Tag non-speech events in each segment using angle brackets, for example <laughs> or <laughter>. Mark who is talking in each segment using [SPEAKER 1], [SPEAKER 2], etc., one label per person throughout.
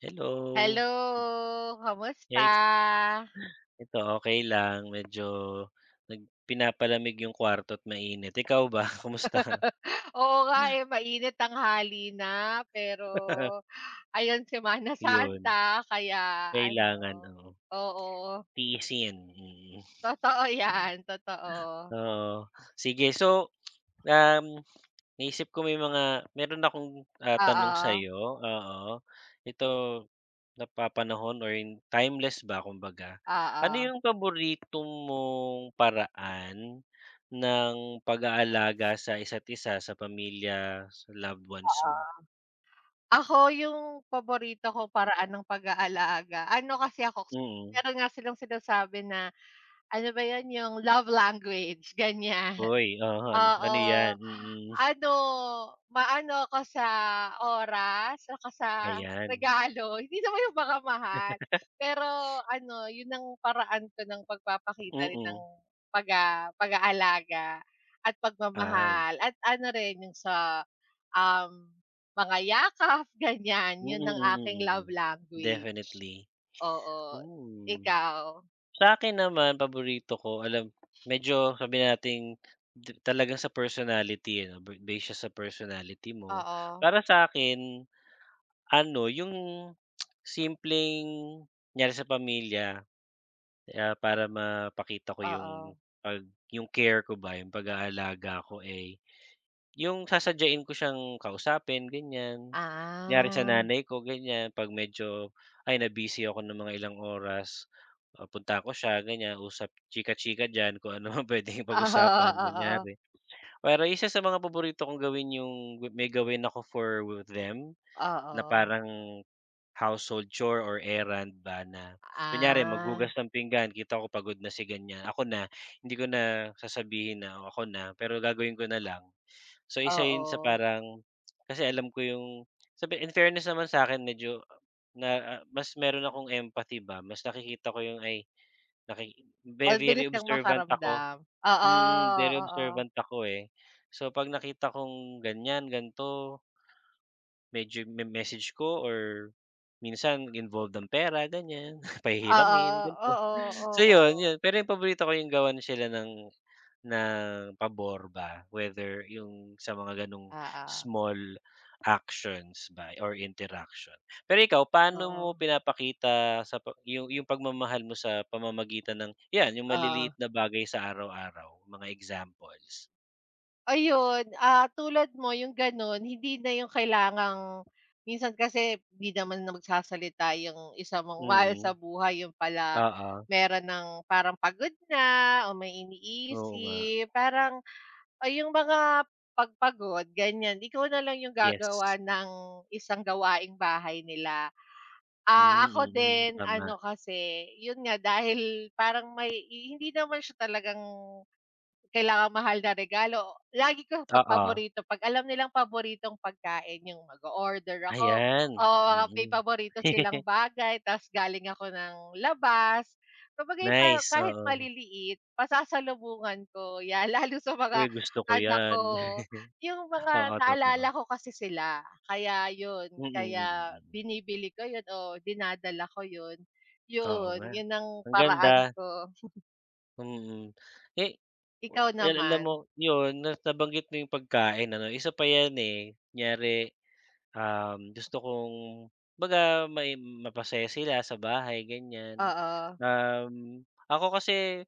[SPEAKER 1] Hello.
[SPEAKER 2] Hello, kamusta?
[SPEAKER 1] Yes, ito okay lang medyo pinapalamig yung kwarto at mainit. Ikaw ba <laughs> kumusta?
[SPEAKER 2] Oo nga, eh, mainit, tanghali na, pero
[SPEAKER 1] <laughs>
[SPEAKER 2] ayun, Semana
[SPEAKER 1] Yun,
[SPEAKER 2] Santa kaya ano.
[SPEAKER 1] kailangan, oo,
[SPEAKER 2] Oo,
[SPEAKER 1] tiisin, mm.
[SPEAKER 2] totoo 'yan, totoo.
[SPEAKER 1] Oo, sige so, um, naisip ko may mga meron akong, tanong
[SPEAKER 2] Oo,
[SPEAKER 1] sa'yo, oo. Ito napapanahon or yung timeless ba kumbaga. Ano
[SPEAKER 2] oo,
[SPEAKER 1] yung paborito mong paraan ng pag-aalaga sa isa't isa sa pamilya, sa loved ones mo?
[SPEAKER 2] oo. Ako yung paborito ko paraan ng pag-aalaga, ano, kasi ako,
[SPEAKER 1] Mm.
[SPEAKER 2] meron nga silang sinasabi na ano ba 'yun, yung love language, ganyan.
[SPEAKER 1] Uy, oo, ano
[SPEAKER 2] Oo,
[SPEAKER 1] ano yan? Mm,
[SPEAKER 2] ano, maano ako sa oras, saka sa
[SPEAKER 1] ayan.
[SPEAKER 2] regalo, <laughs> hindi naman yung mga mahal, pero ano, yun ang paraan ko ng pagpapakita rin ng
[SPEAKER 1] Mm.
[SPEAKER 2] pag-aalaga at
[SPEAKER 1] Ay.
[SPEAKER 2] pagmamahal, at ano rin yung sa, um, mga yakap, <laughs> ganyan,
[SPEAKER 1] Mm,
[SPEAKER 2] yun
[SPEAKER 1] mm,
[SPEAKER 2] ang
[SPEAKER 1] mm,
[SPEAKER 2] aking
[SPEAKER 1] mm.
[SPEAKER 2] love
[SPEAKER 1] Mm.
[SPEAKER 2] language.
[SPEAKER 1] Definitely.
[SPEAKER 2] Oo,
[SPEAKER 1] Hmm.
[SPEAKER 2] ikaw?
[SPEAKER 1] Sa akin naman paborito ko alam medyo sabi nating di talagang sa personality, eh, 'no, ba base siya sa personality mo.
[SPEAKER 2] Oo,
[SPEAKER 1] Para sa akin ano yung simpleng kunyari sa pamilya, para mapakita ko yung
[SPEAKER 2] oo.
[SPEAKER 1] pag yung care ko ba, yung pag-aalaga ko, eh yung sasadyain ko siyang kausapin ganyan, kunyari sa
[SPEAKER 2] Ah,
[SPEAKER 1] nanay ko ganyan 'pag medyo, ay na-busy ako ng mga ilang oras, punta ko siya ganyan usap chika-chika diyan kung ano <laughs> ang puwedeng
[SPEAKER 2] <laughs> oo,
[SPEAKER 1] pag-usapan kunyari.
[SPEAKER 2] oo.
[SPEAKER 1] Pero isa sa mga paborito kong gawin yung may gawin ako with them na
[SPEAKER 2] Oo.
[SPEAKER 1] parang household chore or errand ba na kunyari
[SPEAKER 2] Ah,
[SPEAKER 1] maghugas ng pinggan kita ko pagod na si ganyan, ako na, hindi ko na sasabihin na, "O, ako na pero gagawin ko na lang." So, isa yun sa
[SPEAKER 2] oo.
[SPEAKER 1] parang kasi alam ko yung sabi in fairness naman sa'kin medyo na mas meron akong empathy ba, mas nakikita ko yung ay naki ve very
[SPEAKER 2] Mabilis kang
[SPEAKER 1] observant ako,
[SPEAKER 2] makaramdam. Oo,
[SPEAKER 1] very
[SPEAKER 2] oo.
[SPEAKER 1] observant ako, eh. So, 'pag nakita kong ganyan, gan'to, medyo me-message ko or minsan involved ang pera, ganyan, <laughs> pahihiramin,
[SPEAKER 2] Oo,
[SPEAKER 1] gan'to.
[SPEAKER 2] oo,
[SPEAKER 1] <laughs> So, yun,
[SPEAKER 2] oo.
[SPEAKER 1] yun. Pero yung paborito ko yung gawan sila ng pabor ba whether yung sa mga ganong
[SPEAKER 2] Oo,
[SPEAKER 1] small actions ba or interaction. Pero ikaw paano
[SPEAKER 2] oo,
[SPEAKER 1] mo pinapakita sa yung pagmamahal mo sa pamamagitan ng 'yan yung
[SPEAKER 2] oo.
[SPEAKER 1] maliliit na bagay sa araw-araw, mga examples?
[SPEAKER 2] Ayun, ah, tulad mo yung gano'n, hindi na yung kailangang minsan kasi hindi naman na magsasalita yung isa mong <laughs> mahal
[SPEAKER 1] Mm,
[SPEAKER 2] sa buhay, yun pala
[SPEAKER 1] oo.
[SPEAKER 2] meron ng parang pagod na, o may
[SPEAKER 1] Oo nga,
[SPEAKER 2] iniisip, parang ay yung mga pagpagod ganyan, ikaw na lang yung
[SPEAKER 1] yes.
[SPEAKER 2] gagawa ng isang gawaing bahay nila. Ah,
[SPEAKER 1] Hmm,
[SPEAKER 2] ako
[SPEAKER 1] mm,
[SPEAKER 2] din
[SPEAKER 1] tama.
[SPEAKER 2] ano kasi, yun nga, dahil parang may hindi naman siya talagang kailangan mahal na regalo. Lagi ko 'pag
[SPEAKER 1] Oo,
[SPEAKER 2] paborito, 'pag alam nilang paboritong pagkain, yung mag-o-order ako,
[SPEAKER 1] ayan,
[SPEAKER 2] oo, mga may
[SPEAKER 1] mm.
[SPEAKER 2] paborito silang
[SPEAKER 1] <laughs>
[SPEAKER 2] bagay, tapos galing ako ng labas. Kumbaga yung parang
[SPEAKER 1] Nice,
[SPEAKER 2] kahit
[SPEAKER 1] oo.
[SPEAKER 2] maliliit, pasasalubungan ko 'yan, <laughs> lalo sa
[SPEAKER 1] Uy,
[SPEAKER 2] mga
[SPEAKER 1] gusto ko
[SPEAKER 2] anak
[SPEAKER 1] 'yan.
[SPEAKER 2] ko. Yung
[SPEAKER 1] <laughs>
[SPEAKER 2] mga
[SPEAKER 1] Oo, totoo.
[SPEAKER 2] naalala ko kasi sila, kaya yun,
[SPEAKER 1] Mm, mm, mm.
[SPEAKER 2] kaya
[SPEAKER 1] Mm.
[SPEAKER 2] binibili ko yun o dinadala ko yun.
[SPEAKER 1] Oo
[SPEAKER 2] Yun,
[SPEAKER 1] nga,
[SPEAKER 2] yun ang
[SPEAKER 1] ang ganda,
[SPEAKER 2] paraan ko.
[SPEAKER 1] mm. Eh, wa-
[SPEAKER 2] Ikaw
[SPEAKER 1] al alam
[SPEAKER 2] naman?
[SPEAKER 1] mo yun na nabanggit mo yung pagkain ano, isa pa yan, eh, kunyari, gusto kong kumbaga may mapasaya sila sa bahay ganyan.
[SPEAKER 2] Oo.
[SPEAKER 1] Um, Ako kasi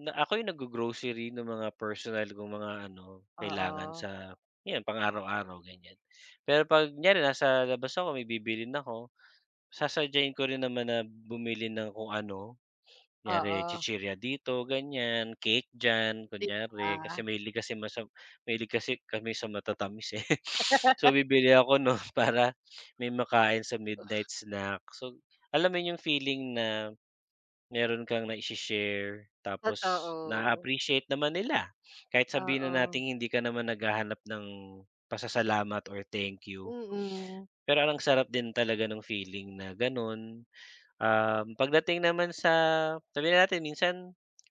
[SPEAKER 1] na ako yung naggo-grocery ng mga personal kong mga ano, kailangan
[SPEAKER 2] Oo,
[SPEAKER 1] sa yan pang araw-araw ganyan. Pero 'pag kunyari nasa labas ako may bibilhin ako, sasadyain ko rin naman na bumili ng kung ano. Kunyari
[SPEAKER 2] oo,
[SPEAKER 1] chichirya dito ganyan, cake diyan
[SPEAKER 2] 'di ba?
[SPEAKER 1] kunyari kasi mahilig kasi kami sa matatamis, eh. <laughs> So, bibili ako nun <laughs> para may makain sa midnight snack. So, alam mo yun yung feeling na meron kang na share tapos na
[SPEAKER 2] Totoo,
[SPEAKER 1] appreciate naman nila. Kahit sabihin na
[SPEAKER 2] oo.
[SPEAKER 1] natin hindi ka naman naghahanap ng pasasalamat or thank you.
[SPEAKER 2] Mm.
[SPEAKER 1] Pero ang sarap din talaga ng feeling na ganun. Pagdating naman sa sabihin na natin minsan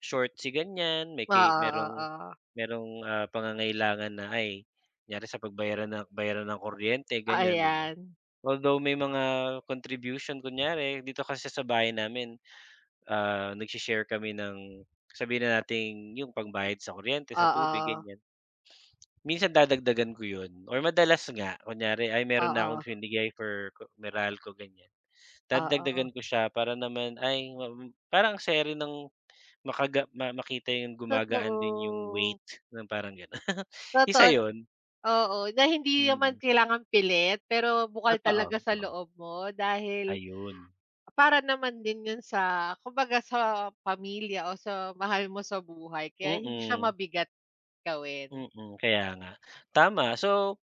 [SPEAKER 1] short si ganyan, may
[SPEAKER 2] Oo,
[SPEAKER 1] merong
[SPEAKER 2] oo,
[SPEAKER 1] merong, pangangailangan na, ay kunyari sa pagbayaran ng bayaran ng kuryente
[SPEAKER 2] oo,
[SPEAKER 1] ganyan, 'di ba?
[SPEAKER 2] 'yan.
[SPEAKER 1] Although may mga contribution kunyari dito kasi sa bahay namin, nagse-share kami ng sabihin na nating yung pangbayad sa kuryente, sa tubig,
[SPEAKER 2] Oo,
[SPEAKER 1] ganyan. Minsan dadagdagan ko 'yun or madalas nga kunyari, ay meron na
[SPEAKER 2] oo,
[SPEAKER 1] akong binigay for ko Meralco ganyan.
[SPEAKER 2] oo,
[SPEAKER 1] Dadagdagan ko siya para naman ay parang seri ng makaga ma makita yung gumagaan din yung
[SPEAKER 2] totoo.
[SPEAKER 1] weight ng parang gano'n. <laughs> Isa
[SPEAKER 2] Totoo.
[SPEAKER 1] yon,
[SPEAKER 2] Oo, na hindi naman
[SPEAKER 1] mm.
[SPEAKER 2] kailangan pilit, pero bukal
[SPEAKER 1] Totoo,
[SPEAKER 2] talaga sa
[SPEAKER 1] oo,
[SPEAKER 2] loob mo, dahil
[SPEAKER 1] ayun.
[SPEAKER 2] para naman din 'yun sa kumbaga sa pamilya o sa mahal mo sa buhay, kaya hindi siya
[SPEAKER 1] Mm,
[SPEAKER 2] mabigat gawin.
[SPEAKER 1] mm, kaya nga. Tama, so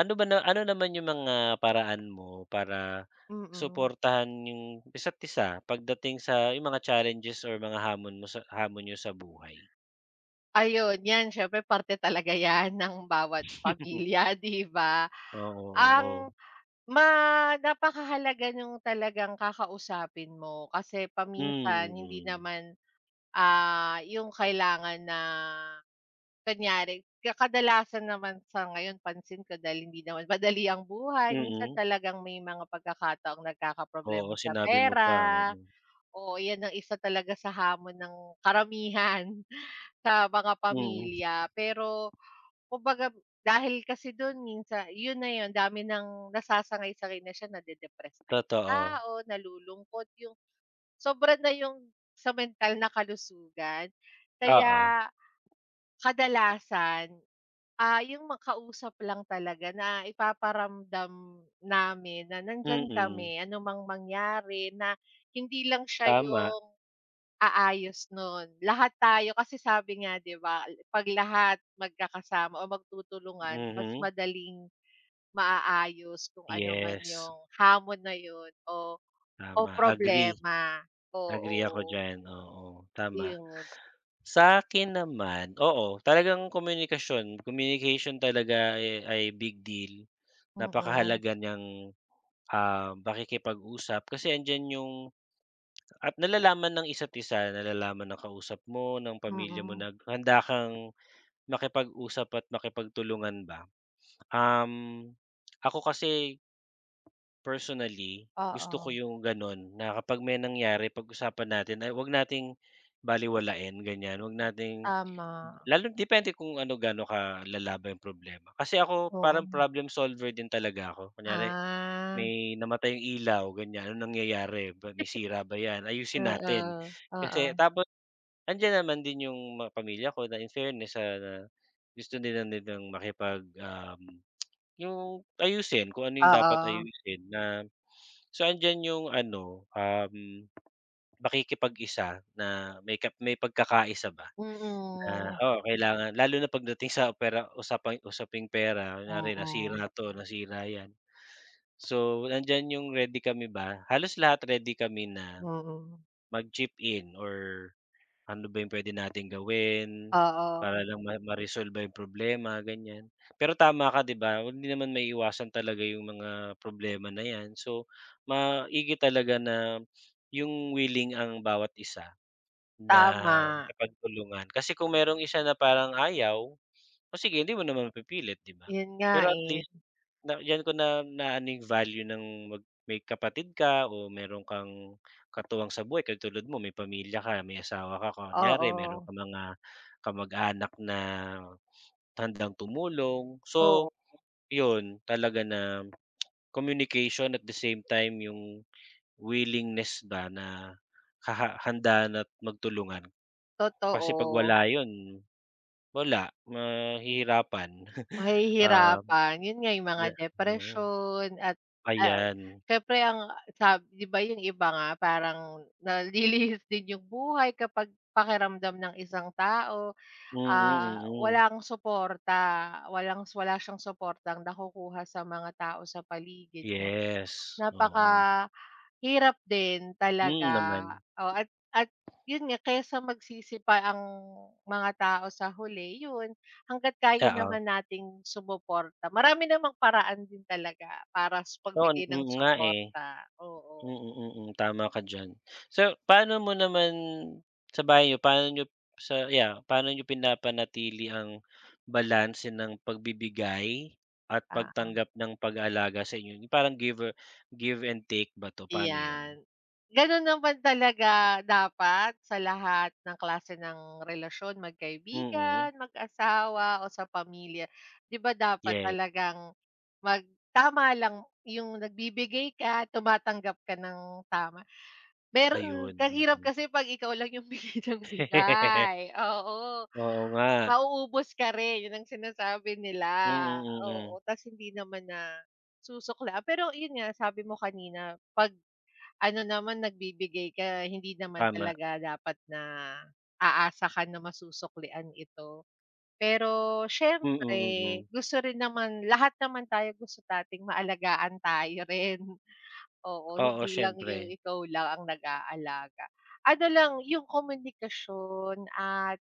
[SPEAKER 1] ano ba na ano naman yung mga paraan mo para
[SPEAKER 2] Mm.
[SPEAKER 1] suportahan yung isa't isa pagdating sa yung mga challenges or mga hamon niyo sa buhay?
[SPEAKER 2] Ayun, 'yan siyempre, parte talaga 'yan ng bawat pamilya,
[SPEAKER 1] <laughs>
[SPEAKER 2] <laughs> 'di ba?
[SPEAKER 1] Oo,
[SPEAKER 2] Ang
[SPEAKER 1] oo.
[SPEAKER 2] ma Napakahalaga nung talagang kakausapin mo, kasi paminsan
[SPEAKER 1] Hmm,
[SPEAKER 2] hindi
[SPEAKER 1] mm.
[SPEAKER 2] naman, ah, yung kailangan na kunyari, kadalasan naman sa ngayon pansin ko, dahil hindi naman madali ang buhay,
[SPEAKER 1] Mm.
[SPEAKER 2] minsan
[SPEAKER 1] Mm.
[SPEAKER 2] talagang may mga pagkakataong
[SPEAKER 1] Oo,
[SPEAKER 2] nagkakaproblema sa
[SPEAKER 1] sinabi mo pa,
[SPEAKER 2] pera.
[SPEAKER 1] oo.
[SPEAKER 2] Oo, 'yan ang isa talaga sa hamon ng karamihan <laughs> sa mga
[SPEAKER 1] Mm,
[SPEAKER 2] pamilya. Pero kumbaga, dahil kasi do'n minsan 'yun na 'yun, dami ng nasasangay-sangay na siya, nade-depress na 'yung
[SPEAKER 1] totoo.
[SPEAKER 2] tao, nalulungkot 'yung sobra na 'yung sa mental na kalusugan.
[SPEAKER 1] Oo,
[SPEAKER 2] Kaya kadalasan, ah, yung makausap lang talaga, na ipaparamdam namin na nandiyan kami
[SPEAKER 1] mm,
[SPEAKER 2] anumang mangyari, na hindi lang siya
[SPEAKER 1] tama,
[SPEAKER 2] yung aayos nun, lahat tayo, kasi sabi nga 'di ba, 'pag lahat magkakasama o magtutulungan, mas
[SPEAKER 1] mhm.
[SPEAKER 2] madaling maaayos kung ano man
[SPEAKER 1] Yes,
[SPEAKER 2] yung hamon na yun o o
[SPEAKER 1] tama, agree,
[SPEAKER 2] problema. Oo,
[SPEAKER 1] agree ako diyan, oo, tama.
[SPEAKER 2] yun.
[SPEAKER 1] Sa akin naman, oo, talagang komunikasyon, communication talaga ay big deal.
[SPEAKER 2] Mm,
[SPEAKER 1] Napakahalaga niyang, pakikipag-usap kasi andiyan at nalalaman ng isa't isa, nalalaman ng kausap mo, ng pamilya mo
[SPEAKER 2] mm.
[SPEAKER 1] na handa kang makipag-usap at makipagtulungan ba. Um, Ako kasi personally, gusto ko
[SPEAKER 2] Oo,
[SPEAKER 1] yung gano'n na kapag may nangyari pag-usapan natin ay huwag nating balewalain ganyan, wag nating
[SPEAKER 2] tama,
[SPEAKER 1] lalo depende kung ano gaano ka ba yung problema. Kasi ako parang
[SPEAKER 2] oo.
[SPEAKER 1] problem solver din talaga ako. Kunyari
[SPEAKER 2] Ah,
[SPEAKER 1] may namatay yung ilaw ganyan, anong nangyayari, may sira ba 'yan, ayusin natin.
[SPEAKER 2] oo,
[SPEAKER 1] Kasi
[SPEAKER 2] oo,
[SPEAKER 1] tapos andiyan naman din yung mga pamilya ko na in fairness, na gusto din na nilang makipag, yung ayusin kung ano yung dapat
[SPEAKER 2] oo,
[SPEAKER 1] ayusin na so, andiyan yung ano, pakikipag-isa na may pagkakaisa ba na,
[SPEAKER 2] mm,
[SPEAKER 1] oo, kailangan lalo na pagdating sa pera usaping pera, kunyari
[SPEAKER 2] mm,
[SPEAKER 1] nasira 'to, nasira 'yan. So, nandiyan yung ready kami ba, halos lahat ready kami na
[SPEAKER 2] mm,
[SPEAKER 1] mag-chip in or ano ba yung pwede nating gawin,
[SPEAKER 2] oo,
[SPEAKER 1] para lang maresolba yung problema, ganyan. Pero tama ka 'di ba, hindi naman maiiwasan talaga yung mga problema na 'yan. So, maigi talaga na yung willing ang bawat isa na
[SPEAKER 2] tama,
[SPEAKER 1] makipagtulungan. Kasi kung merong isa na parang ayaw, o sige hindi mo naman mapipilit 'di ba?
[SPEAKER 2] yun nga,
[SPEAKER 1] Pero at
[SPEAKER 2] eh,
[SPEAKER 1] least na diyan ko na naano yung value ng may kapatid ka o meron kang katuwang sa buhay katulad mo may pamilya ka, may asawa ka kunyari meron
[SPEAKER 2] oo,
[SPEAKER 1] kang mga kamag-anak na handang tumulong.
[SPEAKER 2] oo,
[SPEAKER 1] So, yun talaga na communication at the same time yung willingness ba na handa na't magtulungan. Kasi 'pag
[SPEAKER 2] totoo,
[SPEAKER 1] wala yun, mahihirapan. <laughs>
[SPEAKER 2] mahihirapan, yun nga yung mga
[SPEAKER 1] Ah, oo,
[SPEAKER 2] depresyon at, ah,
[SPEAKER 1] ayan.
[SPEAKER 2] siyempre ang 'di ba, yung iba nga parang nalilihis din yung buhay kapag pakiramdam ng isang tao.
[SPEAKER 1] Mm, mm.
[SPEAKER 2] Ah,
[SPEAKER 1] Mm, mm.
[SPEAKER 2] walang suporta, wala siyang suportang nakukuha sa mga tao sa paligid niya.
[SPEAKER 1] Yes, oo.
[SPEAKER 2] Napakahirap din talaga,
[SPEAKER 1] Mm, naman.
[SPEAKER 2] oo, at yun nga, kaysa magsisi pa ang mga tao sa huli, yun, hangga't kaya
[SPEAKER 1] Oo.
[SPEAKER 2] naman nating sumuporta. Marami namang paraan din talaga para sa
[SPEAKER 1] Oo,
[SPEAKER 2] pagbigay ng
[SPEAKER 1] mm, nga, eh.
[SPEAKER 2] suporta, oo,
[SPEAKER 1] Mm, mm, mm, tama ka diyan. So, paano mo naman sa bahay niyo, paano niyo sa yeah, paano niyo pinapanatili ang balanse ng pagbibigay at
[SPEAKER 2] oo.
[SPEAKER 1] pagtanggap ng pag-aalaga sa inyo? Yung parang give and take ba 'to, paano 'yun?
[SPEAKER 2] Iyan. Gano'n naman talaga dapat sa lahat ng klase ng relasyon,
[SPEAKER 1] Mm,
[SPEAKER 2] magkaibigan, mag-asawa o sa pamilya. 'Di ba dapat
[SPEAKER 1] yeah,
[SPEAKER 2] talagang tama lang yung nagbibigay ka, tumatanggap ka ng tama. Meron
[SPEAKER 1] ayun, mm.
[SPEAKER 2] ang
[SPEAKER 1] Mm.
[SPEAKER 2] kasi 'pag ikaw lang yung <laughs> bigay ng
[SPEAKER 1] <laughs>
[SPEAKER 2] bigay, oo.
[SPEAKER 1] Oo nga.
[SPEAKER 2] Mauubos ka rin, 'yun ang sinasabi
[SPEAKER 1] Mm,
[SPEAKER 2] nila,
[SPEAKER 1] mm. Mm,
[SPEAKER 2] oo. Ta's hindi naman na susuklaan. Pero 'yun nga, sabi mo kanina, 'pag ano naman, nagbibigay ka, hindi naman
[SPEAKER 1] tama.
[SPEAKER 2] talaga dapat na aasa ka na masusuklian ito. Pero
[SPEAKER 1] Mm,
[SPEAKER 2] siyempre,
[SPEAKER 1] mm. Mm.
[SPEAKER 2] gusto rin naman, lahat naman tayo gusto nating maalagaan tayo rin. <laughs> Oo,
[SPEAKER 1] Oo,
[SPEAKER 2] hindi lang yung
[SPEAKER 1] siyempre.
[SPEAKER 2] ikaw lang ang nag-aalaga. Ano lang yung komunikasyon, at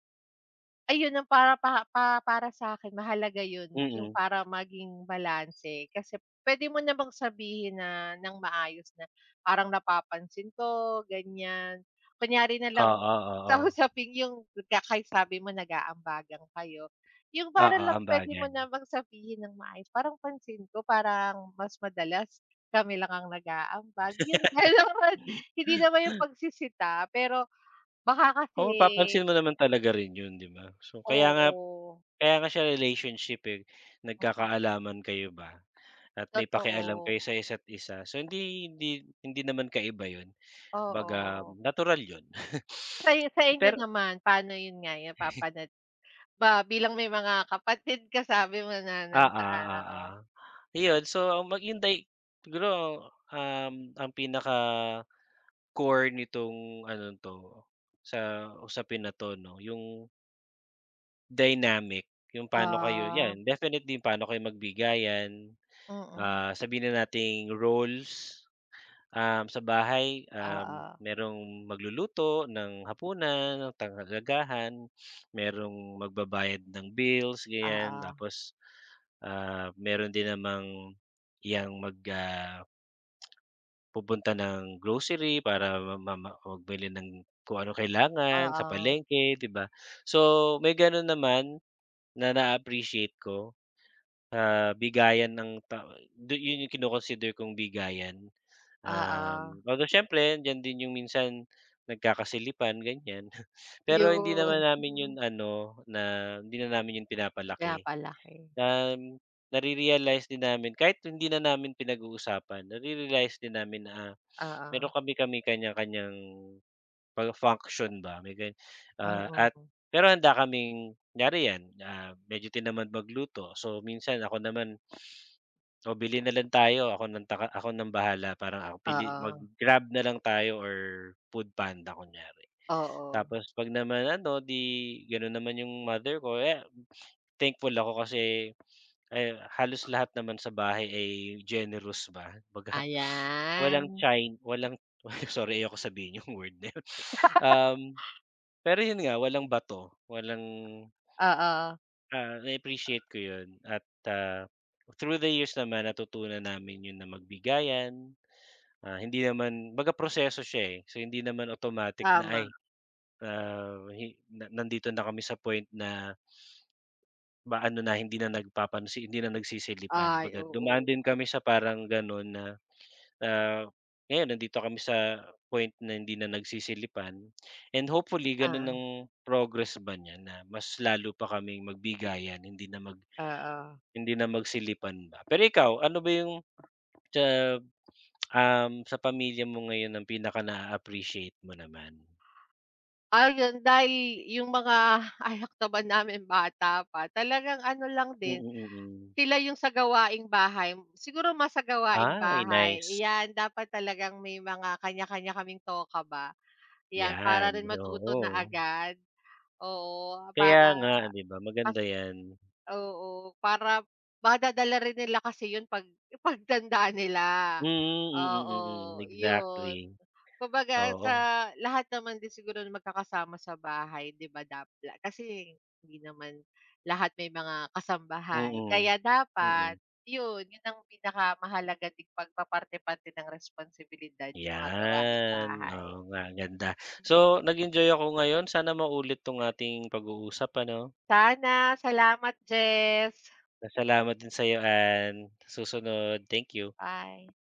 [SPEAKER 2] ayun ang para pa para sa'kin mahalaga yun, yung
[SPEAKER 1] Mm.
[SPEAKER 2] para maging balanse, kasi puwede mo namang sabihin na ng maayos na parang napapansin ko ganyan. Kunyari na lang
[SPEAKER 1] Oo,
[SPEAKER 2] <laughs>
[SPEAKER 1] oo.
[SPEAKER 2] kausapin yung sabi mo nag-aambagan kayo, yung para
[SPEAKER 1] Oo,
[SPEAKER 2] lang puwede mo
[SPEAKER 1] ambagan.
[SPEAKER 2] namang sabihin ng maayos, "Parang pansin ko parang mas madalas kami lang ang nag-aambag," <laughs> yung gano'n. Hindi naman yung pagsisita, pero baka kasi,
[SPEAKER 1] Oo, mapapansin mo naman talaga rin yun, 'di ba? So, kaya nga
[SPEAKER 2] oo.
[SPEAKER 1] kaya nga siya relationship, eh, nagkakaalaman kayo ba at may pakialam
[SPEAKER 2] Totoo,
[SPEAKER 1] kayo sa isa't isa. So, hindi hindi hindi naman kaiba yun. Kumbaga
[SPEAKER 2] oo.
[SPEAKER 1] natural yun.
[SPEAKER 2] Sa sa
[SPEAKER 1] <laughs>
[SPEAKER 2] inyo
[SPEAKER 1] Pero
[SPEAKER 2] naman, paano yun nga napapanat ba, bilang may mga kapatid ka sabi mo na
[SPEAKER 1] oo,
[SPEAKER 2] nandiyan,
[SPEAKER 1] oo.
[SPEAKER 2] oo.
[SPEAKER 1] Yun, so, ang mag yun day siguro, ang pinaka-core nitong ano 'to, sa usapin na 'to 'no, yung dynamic, yung paano kayo
[SPEAKER 2] Ah,
[SPEAKER 1] 'yan, definitely yung paano kayo magbigayan,
[SPEAKER 2] mm.
[SPEAKER 1] sabihin na nating roles, sa bahay,
[SPEAKER 2] Oo,
[SPEAKER 1] merong magluluto ng hapunan, ng tanggalagahan, merong magbabayad ng bills, ganyan.
[SPEAKER 2] oo,
[SPEAKER 1] Tapos, meron din namang yang mag ah, pupunta ng grocery para ma ma ma- magbili ng kung anong kailangan sa
[SPEAKER 2] oo,
[SPEAKER 1] palengke, 'di ba? So, may gano'n naman na na-appreciate ko, bigayan ng ta du yun yung kong bigayan.
[SPEAKER 2] oo,
[SPEAKER 1] Although siyempre andiyan din yung minsan nagkakasilipan ganyan. <laughs> Pero hindi naman
[SPEAKER 2] yun.
[SPEAKER 1] namin yun
[SPEAKER 2] <laughs>
[SPEAKER 1] ano, na hindi na namin yun pinapalaki.
[SPEAKER 2] Pinapalaki,
[SPEAKER 1] Um, Nare-realize din namin kahit hindi na namin pinag-uusapan, nare-realize din namin na,
[SPEAKER 2] oo,
[SPEAKER 1] meron kami kami kanya-kanyang pag function ba ah, at
[SPEAKER 2] mm.
[SPEAKER 1] pero handa kaming kunyari 'yan, medyo tinamad magluto so minsan ako naman, "O bili na lang tayo ako ng taka ako ng bahala parang ako pili
[SPEAKER 2] Oo,
[SPEAKER 1] mag-Grab na lang tayo or Foodpanda," kunyari.
[SPEAKER 2] oo,
[SPEAKER 1] Tapos 'pag naman ano 'di gano'n naman yung mother ko, eh, thankful ako kasi, eh, halos lahat naman sa bahay ay generous ba kumbaga, <laughs>
[SPEAKER 2] ayan.
[SPEAKER 1] walang chain, walang <laughs> sorry ayoko sabihin yung <laughs> word na yun,
[SPEAKER 2] <laughs>
[SPEAKER 1] um pero yun nga, walang bato, walang,
[SPEAKER 2] Oo,
[SPEAKER 1] na-appreciate ko yun at, ah, through the years naman natutunan namin yun na magbigayan, hindi naman baga proseso siya, eh. So, hindi naman automatic na,
[SPEAKER 2] tama.
[SPEAKER 1] ay, na nandito na kami sa point na ba ano na hindi na nagsisilipan.
[SPEAKER 2] Ay,
[SPEAKER 1] Kumbaga dumaan
[SPEAKER 2] oo,
[SPEAKER 1] din kami sa parang ganun na. Ah, Ngayon nandito kami sa point na hindi na nagsisilipan and hopefully gano'n
[SPEAKER 2] ah,
[SPEAKER 1] ang progress ba niya na mas lalo pa kaming magbigayan hindi na
[SPEAKER 2] oo.
[SPEAKER 1] magsilipan ba. Pero ikaw, ano ba yung sa, sa pamilya mo ngayon ang pinaka naa-appreciate mo naman?
[SPEAKER 2] Ayun, dahil yung mga <laughs> anak naman namin bata pa, talagang ano lang
[SPEAKER 1] Mm,
[SPEAKER 2] din,
[SPEAKER 1] mm. Mm.
[SPEAKER 2] sila yung sa gawaing bahay. Siguro mas sa gawaing
[SPEAKER 1] Ay,
[SPEAKER 2] bahay,
[SPEAKER 1] nice.
[SPEAKER 2] 'yan dapat talagang may mga kanya-kanya kaming toka ba, 'yan para
[SPEAKER 1] 'Yan,
[SPEAKER 2] rin matuto na
[SPEAKER 1] oo.
[SPEAKER 2] agad. Oo,
[SPEAKER 1] Kaya
[SPEAKER 2] para
[SPEAKER 1] nga, 'di ba, maganda 'yan.
[SPEAKER 2] oo, para madadala rin nila kasi 'yun 'pag <laughs> pagtanda nila.
[SPEAKER 1] Mm, mm, mm.
[SPEAKER 2] Oo,
[SPEAKER 1] Mm, mm.
[SPEAKER 2] 'yun.
[SPEAKER 1] Exactly,
[SPEAKER 2] Kumbaga sa
[SPEAKER 1] oo.
[SPEAKER 2] lahat naman din siguro ng magkakasama sa bahay, 'di ba dap kasi hindi naman lahat may mga
[SPEAKER 1] Mm,
[SPEAKER 2] kasambahay.
[SPEAKER 1] mm.
[SPEAKER 2] Kaya
[SPEAKER 1] Mm,
[SPEAKER 2] dapat
[SPEAKER 1] mm.
[SPEAKER 2] 'yun, 'yun ang pinakamahalaga ding pagpaparte-parte ng responsibilidad, yung mga gawaing
[SPEAKER 1] 'Yan,
[SPEAKER 2] bahay.
[SPEAKER 1] oo nga ganda. So, nag-enjoy ako ngayon sana maulit 'tong ating pag-uusap ano.
[SPEAKER 2] Sana, salamat, Jess.
[SPEAKER 1] Salamat din sa'yo and susunod, thank you.
[SPEAKER 2] Bye.